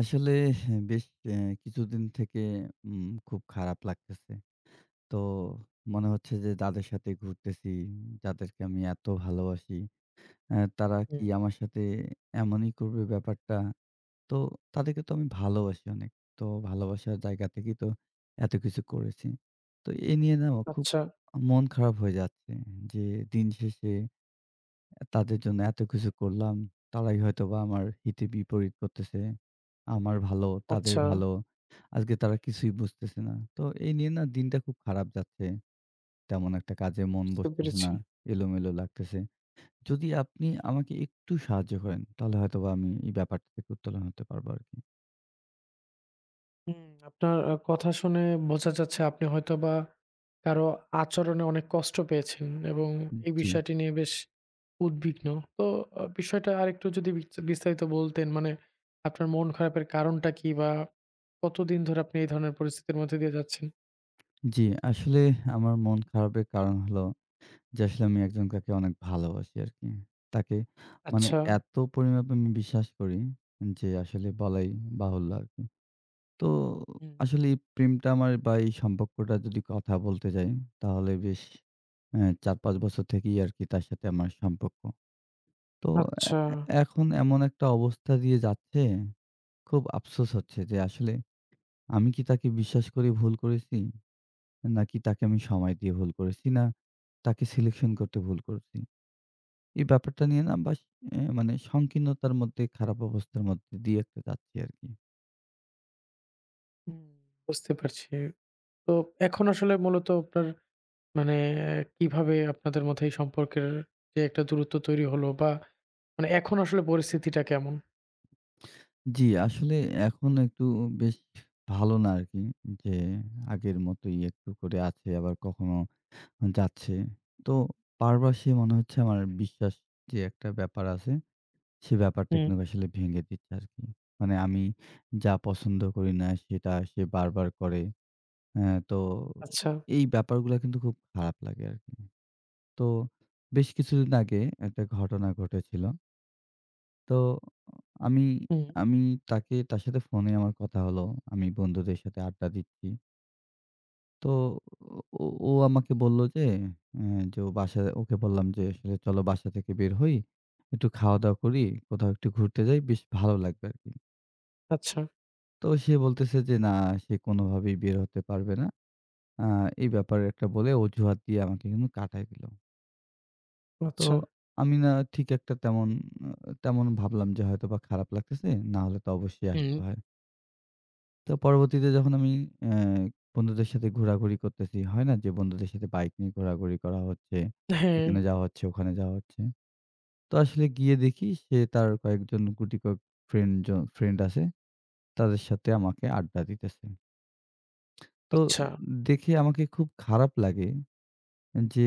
আসলে বেশ কিছুদিন থেকে খুব খারাপ লাগতেছে। তো মনে হচ্ছে যে যাদের সাথে ঘুরতেছি, যাদেরকে আমি এত ভালোবাসি, তারা কি হুম, আমার সাথে এমনই করবে ব্যাপারটা? তো তাদেরকে তো আমি ভালোবাসি অনেক। তো ভালোবাসার জায়গা থেকেই তো এত কিছু করেছি। তো এ নিয়ে না আমার খুব আচ্ছা, মন খারাপ হয়ে যাচ্ছে যে দিন শেষে তাদের জন্য এত কিছু করলাম। তারাই হয়তোবা আমার হিতে বিপরীত করতেছে। আমার ভালো, তাদের আচ্ছা ভালো। আজকে তারা কিছুই বুঝতেছে না। তো এই নিয়ে না দিনটা খুব খারাপ যাচ্ছে। তেমন একটা কাজে মন বুঝতে বসতেছে পেরেছি। না। এলোমেলো লাগতেছে। যদি আপনি আমাকে একটু সাহায্য করেন তাহলে হয়তোবা আমি এই ব্যাপারটা থেকে উত্তোলন হতে পারবো আরকি। হুম, আপনার কথা শুনে বোঝা যাচ্ছে আপনি হয়তোবা কারো আচরণে অনেক কষ্ট পেয়েছেন এবং এই জি, বিষয়টি নিয়ে বেশ উদ্বিগ্ন। তো বিষয়টা আরেকটু যদি বিস্তারিত বলতেন মানে আপনার মন খারাপের কারণটা কি? বা কতদিন ধরে আপনি এই ধরনের পরিস্থিতির মধ্যে দিয়ে যাচ্ছেন? জি, আসলে আমার মন খারাপের কারণ হলো যে আসলে আমি একজন কাকে অনেক ভালোবাসি আরকি। তাকে হুম। মানে আচ্ছা, এত পরিমাপ আমি বিশ্বাস করি যে আসলে বলাই বাহুল্য আরকি। তো হুম, আসলে এই প্রেমটা আমার বা এই সম্পর্কটা যদি কথা বলতে যাই তাহলে বেশ ৪-৫ বছর থেকেই আরকি তার সাথে আমার সম্পর্ক। তো এ আচ্ছা, এ- এখন এমন একটা অবস্থা দিয়ে যাচ্ছে, খুব আফসোস হচ্ছে যে আসলে আমি কি তাকে বিশ্বাস করে ভুল করেছি? নাকি তাকে আমি সময় দিয়ে ভুল করেছি? না তাকে সিলেকশন করতে ভুল করেছি? এই ব্যাপারটা নিয়ে না বাস এ মানে সংকীর্ণতার মধ্যে, খারাপ অবস্থার মধ্যে দিয়ে একটা যাচ্ছি আরকি। হুম, বুঝতে পারছি। তো এখন আসলে মূলত আপনার মানে কিভাবে আপনাদের মধ্যে এই সম্পর্কের যে একটা দূরত্ব তৈরি হলো বা মানে এখন আসলে পরিস্থিতিটা কেমন? জি, আসলে এখন একটু বেশ ভালো না আরকি যে আগের মতোই একটু করে আছে আবার কখনো যাচ্ছে। তো বারবার সে মনে হচ্ছে আমার বিশ্বাস যে একটা ব্যাপার আছে, সে ব্যাপারটা হুম। কিন্তু আসলে ভেঙে দিচ্ছে আরকি। মানে আমি যা পছন্দ করি না সেটা সে বারবার করে। হ্যাঁ, তো আচ্ছা, এই ব্যাপারগুলা কিন্তু খুব খারাপ লাগে আরকি। তো বেশ কিছুদিন আগে একটা ঘটনা ঘটেছিল। তো আমি হুম, আমি তাকে তার সাথে ফোনে আমার কথা হলো। আমি বন্ধুদের সাথে আড্ডা দিচ্ছি। তো ও ও আমাকে বলল যে, যে ও বাসায় ওকে বললাম যে, "আসলে চলো বাসা থেকে বের হই। একটু খাওয়া-দাওয়া করি, কোথাও একটু ঘুরতে যাই। বেশ ভালো লাগবে আরকি।" আচ্ছা, তো সে বলতেছে যে, "না, সে কোনোভাবেই বের হতে পারবে না।" আ এই ব্যাপারে একটা বলে অজুহাত দিয়ে আমাকে কিন্তু কাটায় দিল। তো আচ্ছা, আমি না ঠিক একটা তেমন আ তেমন ভাবলাম যে হয়তোবা খারাপ লাগতেছে। না হলে তো অবশ্যই হুম, আসতে হয়। তো পরবর্তীতে যখন আমি অ্যা বন্ধুদের সাথে ঘোরাঘুরি করতেছি, হয় না যে বন্ধুদের সাথে বাইক নিয়ে ঘোরাঘুরি করা হচ্ছে। হ্যাঁ, এখানে যাওয়া হচ্ছে, ওখানে যাওয়া হচ্ছে। তো আসলে গিয়ে দেখি সে তার কয়েকজন গুটি কয়েক ফ্রেন্ড জ ফ্রেন্ড আছে। তাদের সাথে আমাকে আড্ডা দিতেছে। তো আচ্ছা, দেখে আমাকে খুব খারাপ লাগে। যে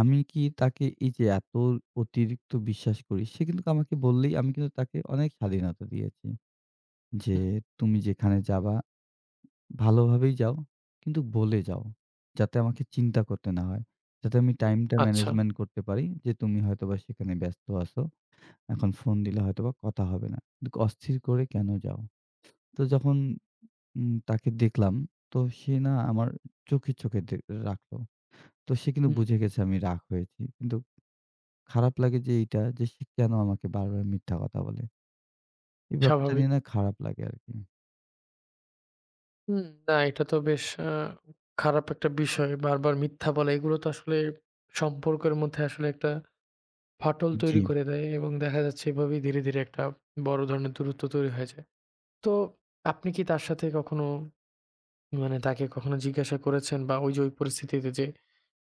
আমি কি তাকে এই যে এত অতিরিক্ত বিশ্বাস করি, সে কিন্তু আমাকে বললেই আমি কিন্তু তাকে অনেক স্বাধীনতা দিয়েছি। যে হুম, তুমি যেখানে যাবা ভালোভাবেই যাও, কিন্তু বলে যাও। যাতে আমাকে চিন্তা করতে না হয়। যাতে আমি টাইমটা আচ্ছা, ম্যানেজমেন্ট করতে পারি যে তুমি হয়তোবা সেখানে ব্যস্ত আছো। এখন ফোন দিলে হয়তোবা কথা হবে না। কিন্তু অস্থির করে কেন যাও? তো যখন তাকে দেখলাম তো সে না আমার চোখে, চোখে রাখলো। তো সে কিন্তু হুম, বুঝে গেছে আমি রাগ হয়েছি। কিন্তু খারাপ লাগে যে এইটা যে সে কেন আমাকে বারবার মিথ্যা কথা বলে। এই ব্যাপারটা স্বাভাবিক। নিয়ে না খারাপ লাগে আরকি। হুম, না এটা তো বেশ খারাপ একটা বিষয়। বারবার মিথ্যা বলা এগুলো তো আসলে সম্পর্কের মধ্যে আসলে একটা ফাটল জি। তৈরি করে দেয় এবং দেখা যাচ্ছে এভাবেই ধীরে, ধীরে একটা বড় ধরনের দূরত্ব তৈরি হয়ে যায়। তো আপনি কি তার সাথে কখনো মানে তাকে কখনো জিজ্ঞাসা করেছেন বা ওই যে ওই পরিস্থিতিতে যে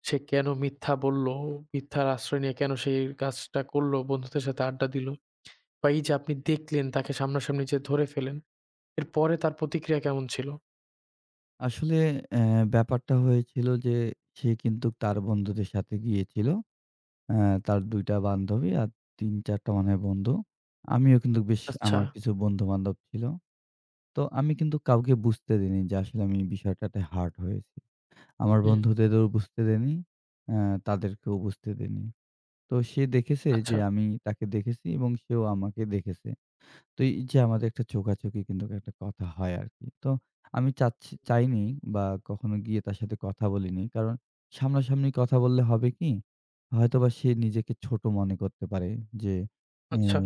সে কেন মিথ্যা বলল, মিথ্যার আশ্রয় নিয়ে কেন সে এই কাজটা করলো, বন্ধুদের সাথে আড্ডা দিল? বা এই যে আপনি দেখলেন তাকে সামনাসামনি যে ধরে ফেলেন, এরপরে তার প্রতিক্রিয়া কেমন ছিল? আসলে অ্যা ব্যাপারটা হয়েছিল যে সে কিন্তু তার বন্ধুদের সাথে গিয়েছিল। তার ২ টা বান্ধবী আর ৩-৪ টা মনে হয় বন্ধু। আমিও কিন্তু বেশ আচ্ছা, আমার কিছু বন্ধু-বান্ধব ছিল। তো আমি কিন্তু কাউকে বুঝতে দিইনি যে আসলে আমি এই বিষয়টাতে হার্ট হয়েছি। আমার হুম, বন্ধুদেরও বুঝতে দেইনি, অ্যা তাদেরকেও বুঝতে দেইনি। তো সে দেখেছে যে আচ্ছা, আমি তাকে দেখেছি এবং সেও আমাকে দেখেছে। তো এই যে আমাদের একটা চোখাচোখি কিন্তু একটা কথা হয় আরকি। তো আমি চাইনি বা কখনো গিয়ে তার সাথে কথা বলিনি। কারণ সামনাসামনি কথা বললে হবে কি? হয়তোবা সে নিজেকে ছোট মনে করতে পারে যে এ আচ্ছা,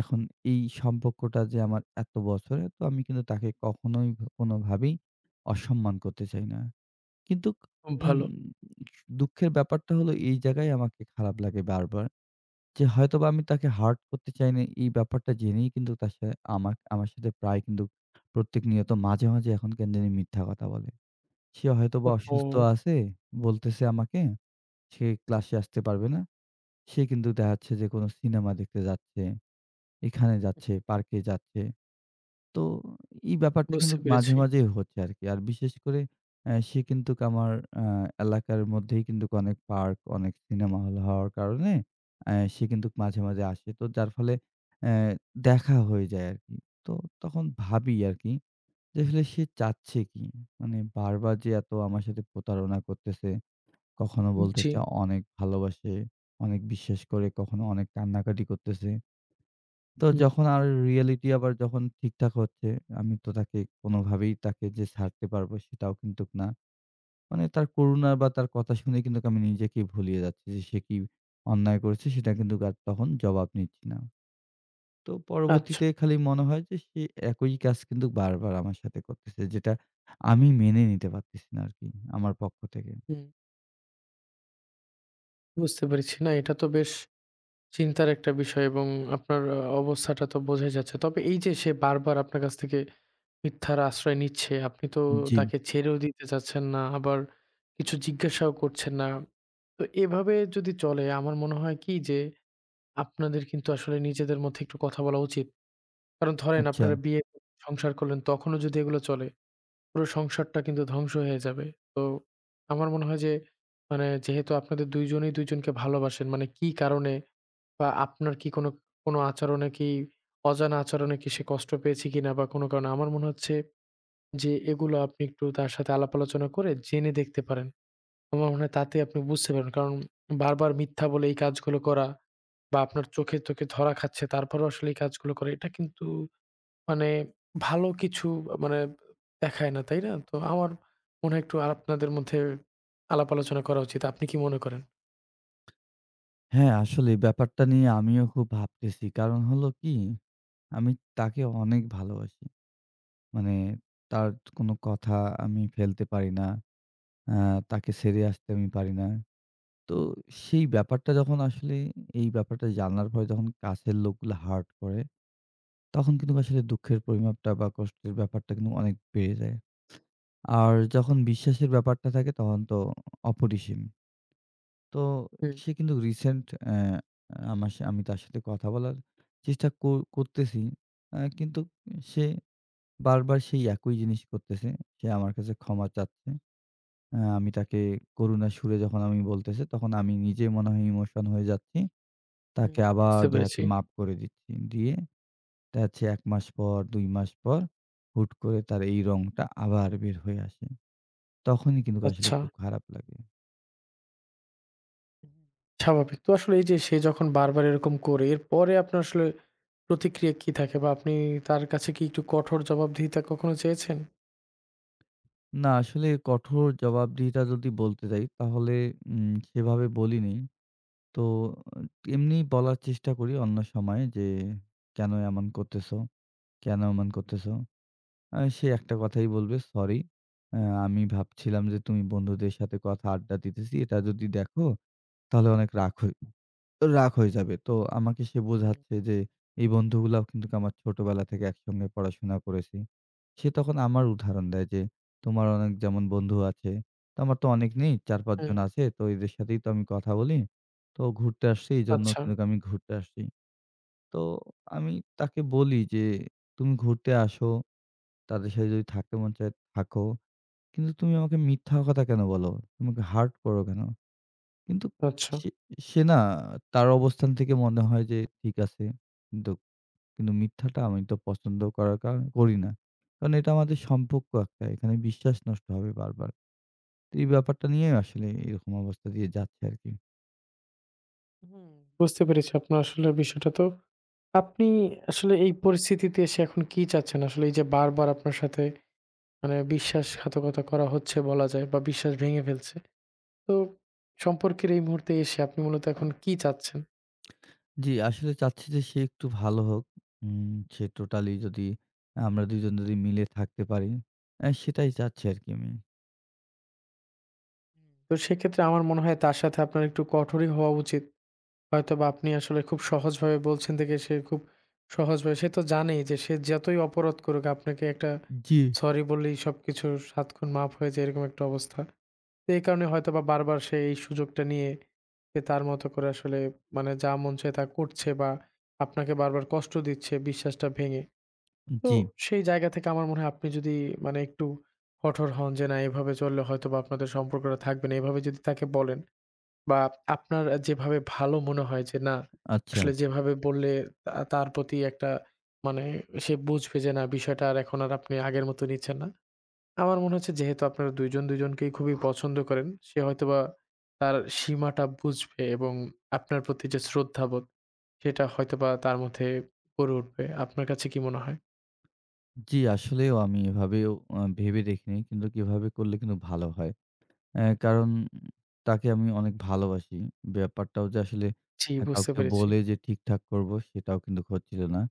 এখন এই সম্পর্কটা যে আমার এত বছরের তো আমি কিন্তু তাকে কখনোই কোনোভাবেই অসম্মান করতে চাই না। কিন্তু খুব উম ভালো। দুঃখের ব্যাপারটা হলো এই জায়গায় আমাকে খারাপ লাগে বারবার। যে হয়তোবা আমি তাকে হার্ট করতে চাইনি, এই ব্যাপারটা জেনেই কিন্তু তার সা আমার আমার সাথে প্রায় কিন্তু প্রতিনিয়ত মাঝে, মাঝে এখন কেন জানি মিথ্যা কথা বলে। সে হয়তোবা ওহো! অসুস্থ আছে, বলতেছে আমাকে সে ক্লাসে আসতে পারবে না। সে কিন্তু দেখা যাচ্ছে যে কোনো সিনেমা দেখতে যাচ্ছে, এখানে যাচ্ছে, পার্কে যাচ্ছে। তো এই ব্যাপারটা কিন্তু বুঝতে মাঝে, পেরেছি। মাঝেই হচ্ছে আরকি। আর বিশেষ করে সে কিন্তু আমার আ এলাকার মধ্যেই কিন্তু অনেক পার্ক, অনেক সিনেমা হল হওয়ার কারণে সে কিন্তু মাঝে, মাঝে আসে। তো যার ফলে অ্যা দেখা হয়ে যায় আরকি। তো তখন ভাবি আরকি যে আসলে সে চাচ্ছে কি? মানে বারবার যে এত আমার সাথে প্রতারণা করতেছে, কখনো জি, বলতেছে অনেক ভালোবাসে, অনেক বিশ্বাস করে, কখনো অনেক কান্নাকাটি করতেছে। তো হুম, যখন আর রিয়ালিটি আবার যখন ঠিকঠাক হচ্ছে, আমি তো তাকে কোনোভাবেই তাকে যে ছাড়তে পারবো সেটাও কিন্তুক না। মানে তার করুণা বা তার কথা শুনে কিন্তুক আমি নিজেকেই ভুলিয়ে যাচ্ছি যে সে কি অন্যায় করেছে সেটা কিন্তুক আর তখন জবাব নিচ্ছি না। তো আচ্ছা, পরবর্তীতে খালি মনে হয় যে সে একই কাজ কিন্তু বারবার আমার সাথে করতেছে যেটা আমি মেনে নিতে পারতেছি না আরকি আমার পক্ষ থেকে। হুম, বুঝতে পেরেছি। না এটা তো বেশ চিন্তার একটা বিষয় এবং আপনার অবস্থাটা তো বোঝাই যাচ্ছে। তবে এই যে সে বারবার আপনার কাছ থেকে মিথ্যার আশ্রয় নিচ্ছে, আপনি তো জি, তাকে ছেড়েও দিতে চাচ্ছেন না, আবার কিছু জিজ্ঞাসাও করছেন না। তো এভাবে যদি চলে আমার মনে হয় কি যে আপনাদের কিন্তু আসলে নিজেদের মধ্যে একটু কথা বলা উচিত। কারণ ধরেন আচ্ছা। আপনারা বিয়ে করলেন, সংসার করলেন তখনও যদি এগুলো চলে, পুরো সংসারটা কিন্তু ধ্বংস হয়ে যাবে। তো আমার মনে হয় যে মানে যেহেতু আপনাদের ২ জনেই ২ জনকে ভালোবাসেন, মানে কি কারণে বা আপনার কি কোনো, কোনো আচরণে কি অজানা আচরণে কি সে কষ্ট পেয়েছে কিনা বা কোনো কারণে? আমার মনে হচ্ছে যে এগুলো আপনি একটু তার সাথে আলাপ আলোচনা করে জেনে দেখতে পারেন। আমার মনে হয় তাতে আপনি বুঝতে পারবেন। কারণ বারবার মিথ্যা বলে এই কাজগুলো করা বা আপনার চোখে, চোখে ধরা খাচ্ছে তারপরেও আসলে এই কাজগুলো করে এটা কিন্তু মানে ভালো কিছু মানে দেখায় না, তাই না? তো আমার মনে হয় একটু আর আপনাদের মধ্যে আলাপ আলোচনা করা উচিত। আপনি কি মনে করেন? হ্যাঁ, আসলে ব্যাপারটা নিয়ে আমিও খুব ভাবতেছি। কারণ হলো কি আমি তাকে অনেক ভালোবাসি। মানে তার কোনো কথা আমি ফেলতে পারি না। আ তাকে ছেড়ে আসতে আমি পারি না। তো সেই ব্যাপারটা যখন আসলে এই ব্যাপারটা জানার পরে যখন কাছের লোকগুলো হার্ট করে, তখন কিন্তু আসলে দুঃখের পরিমাপটা বা কষ্টের ব্যাপারটা কিন্তু অনেক বেড়ে যায়। আর যখন বিশ্বাসের ব্যাপারটা থাকে তখন তো অপরিসীম। তো হুম, সে কিন্তু রিসেন্ট আমার সা আমি তার সাথে কথা বলার চেষ্টা করতেছি। কিন্তু সে বারবার সেই একই জিনিস করতেছে। সে আমার কাছে ক্ষমা চাচ্ছে। আমি তাকে করুণার সুরে যখন আমি বলতেছি, তখন আমি নিজে মনে হয় ইমোশন হয়ে যাচ্ছি। হুম। তাকে আবার বুঝতে দেখা যাচ্ছে পেরেছি। মাফ করে দিচ্ছি। দিয়ে দেখা যাচ্ছে ১ মাস পর, ২ মাস পর হুট করে তার এই রংটা আবার বের হয়ে আসে। তখনই কিন্তু আসলে আচ্ছা। খুব খারাপ লাগে। স্বাভাবিক। তো আসলে এই যে সে যখন বারবার এরকম করে, এরপরে আপনার আসলে প্রতিক্রিয়া কি থাকে? বা আপনি তার কাছে কি একটু কঠোর জবাবদিহিতা কখনো চেয়েছেন? না আসলে কঠোর জবাবদিহিতা যদি বলতে যাই, তাহলে সেভাবে বলিনি। তো এমনি বলার চেষ্টা করি অন্য সময়ে যে, "কেন এমন করতেছো?" কেন এমন করতেছো? সে একটা কথাই বলবে, "সরি। আমি ভাবছিলাম যে তুমি বন্ধুদের সাথে কথা আড্ডা দিতেছি। এটা যদি দেখো তাহলে অনেক রাগ হয়ে যাবে।" তো আমাকে সে হুম, বোঝাচ্ছে যে এই বন্ধুগুলাও কিন্তু আমার ছোটবেলা থেকে একসঙ্গে পড়াশোনা করেছি। সে তখন আমার উদাহরণ দেয় যে, "তোমার অনেক যেমন বন্ধু আছে, তো আমার তো অনেক নেই। ৪-৫ হুম। জন আছে। তো এদের সাথেই তো আমি কথা বলি। তো ঘুরতে আসছি এইজন্য আচ্ছা, কিন্তু আমি ঘুরতে আসছি।" তো আমি তাকে বলি যে, "তুমি ঘুরতে আসো। তাদের সাথে যদি থাকতে মন চায় থাকো। কিন্তু তুমি আমাকে মিথ্যা কথা কেন বলো? তুমি আমাকে হার্ট করো কেন? কিন্তু আচ্ছা। সে সে না তার অবস্থান থেকে মনে হয় যে ঠিক আছে। কিন্তু কিন্তু মিথ্যাটা আমি তো পছন্দ করার কারণ করি না। কারণ এটা আমাদের সম্পর্ক একটা। এখানে বিশ্বাস নষ্ট হবে বারবার। তো এই ব্যাপারটা নিয়ে আসলে এরকম অবস্থা দিয়ে যাচ্ছে আরকি। হুম, বুঝতে পেরেছি আপনার আসলে বিষয়টা। তো আপনি আসলে এই পরিস্থিতিতে এসে এখন কি চাচ্ছেন? আসলে এই যে বারবার আপনার সাথে মানে বিশ্বাসঘাতকতা করা হচ্ছে বলা যায় বা বিশ্বাস ভেঙে ফেলছে। তো সম্পর্কের এই মুহূর্তে এসে আপনি মূলত এখন কি চাচ্ছেন? জি, আসলে চাচ্ছি যে সে একটু ভালো হোক। উম সে টোটালি যদি আমরা ২ জন যদি মিলে থাকতে পারি, সেটাই চাচ্ছি আরকি আমি। তো সেক্ষেত্রে আমার মনে হয় তার সাথে আপনার একটু কঠোরই হওয়া উচিত। হয়তোবা আপনি আসলে খুব সহজভাবে বলছেন দেখে সে খুব সহজভাবে সে তো জানেই যে সে যতই অপরাধ করুক আপনাকে একটা জি। সরি বললেই সবকিছু সাত খুন মাফ হয়ে যায় এরকম একটা অবস্থা। তো এই কারণে হয়তোবা বারবার সে এই সুযোগটা নিয়ে সে তার মতো করে আসলে মানে যা মন চায় তা করছে বা আপনাকে বারবার কষ্ট দিচ্ছে বিশ্বাসটা ভেঙে। তো জি। সেই জায়গা থেকে আমার মনে হয় আপনি যদি মানে একটু কঠোর হন যে না এভাবে চললে হয়তোবা আপনাদের সম্পর্কটা থাকবে না। এভাবে যদি তাকে বলেন বা আপনার যেভাবে ভালো মনে হয় যে না, আচ্ছা। আসলে যেভাবে বললে তা তার প্রতি একটা মানে সে বুঝবে যে না বিষয়টা আর এখন আর আপনি আগের মতো নিচ্ছেন না। আমার মনে হচ্ছে যেহেতু আপনারা ২ জন ২ জনকেই খুবই পছন্দ করেন, সে হয়তোবা তার সীমাটা বুঝবে এবং আপনার প্রতি যে শ্রদ্ধাবোধ সেটা হয়তোবা তার মধ্যে গড়ে উঠবে। আপনার কাছে কি মনে হয়? জি, আসলেও আমি এভাবেও ভেবে দেখিনি। কিন্তু কিভাবে করলে কিন্তু ভালো হয়। কারণ তাকে আমি অনেক ভালোবাসি। ব্যাপারটাও যে আসলে জি, বুঝতে কাউকে পেরেছি। বলে যে ঠিকঠাক করব সেটাও কিন্তু হচ্ছিল না।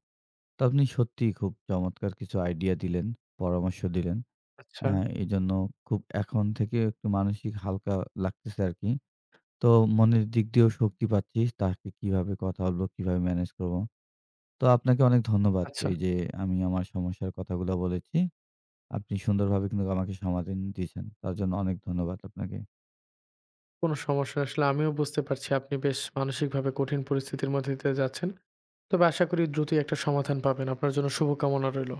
তো আপনি সত্যিই খুব চমৎকার কিছু আইডিয়া দিলেন, পরামর্শ দিলেন। আচ্ছা, অ্যা এজন্য খুব এখন থেকে একটু মানসিক হালকা লাগতেছে আরকি। তো মনের দিক দিয়েও শক্তি পাচ্ছি। তাকে কিভাবে কথা বলব, কিভাবে ম্যানেজ করব। তো আপনাকে অনেক ধন্যবাদ। আচ্ছা। এই যে আমি আমার সমস্যার কথাগুলো বলেছি। আপনি সুন্দরভাবে কিন্তু আমাকে সমাধান দিয়েছেন। তার জন্য অনেক ধন্যবাদ আপনাকে। কোন সমস্যা না। আসলে আমিও বুঝতে পারছি আপনি বেশ মানসিকভাবে কঠিন পরিস্থিতির মধ্যে দিয়ে যাচ্ছেন। তবে আশা করি দ্রুতই একটা সমাধান পাবেন। আপনার জন্য শুভকামনা রইল।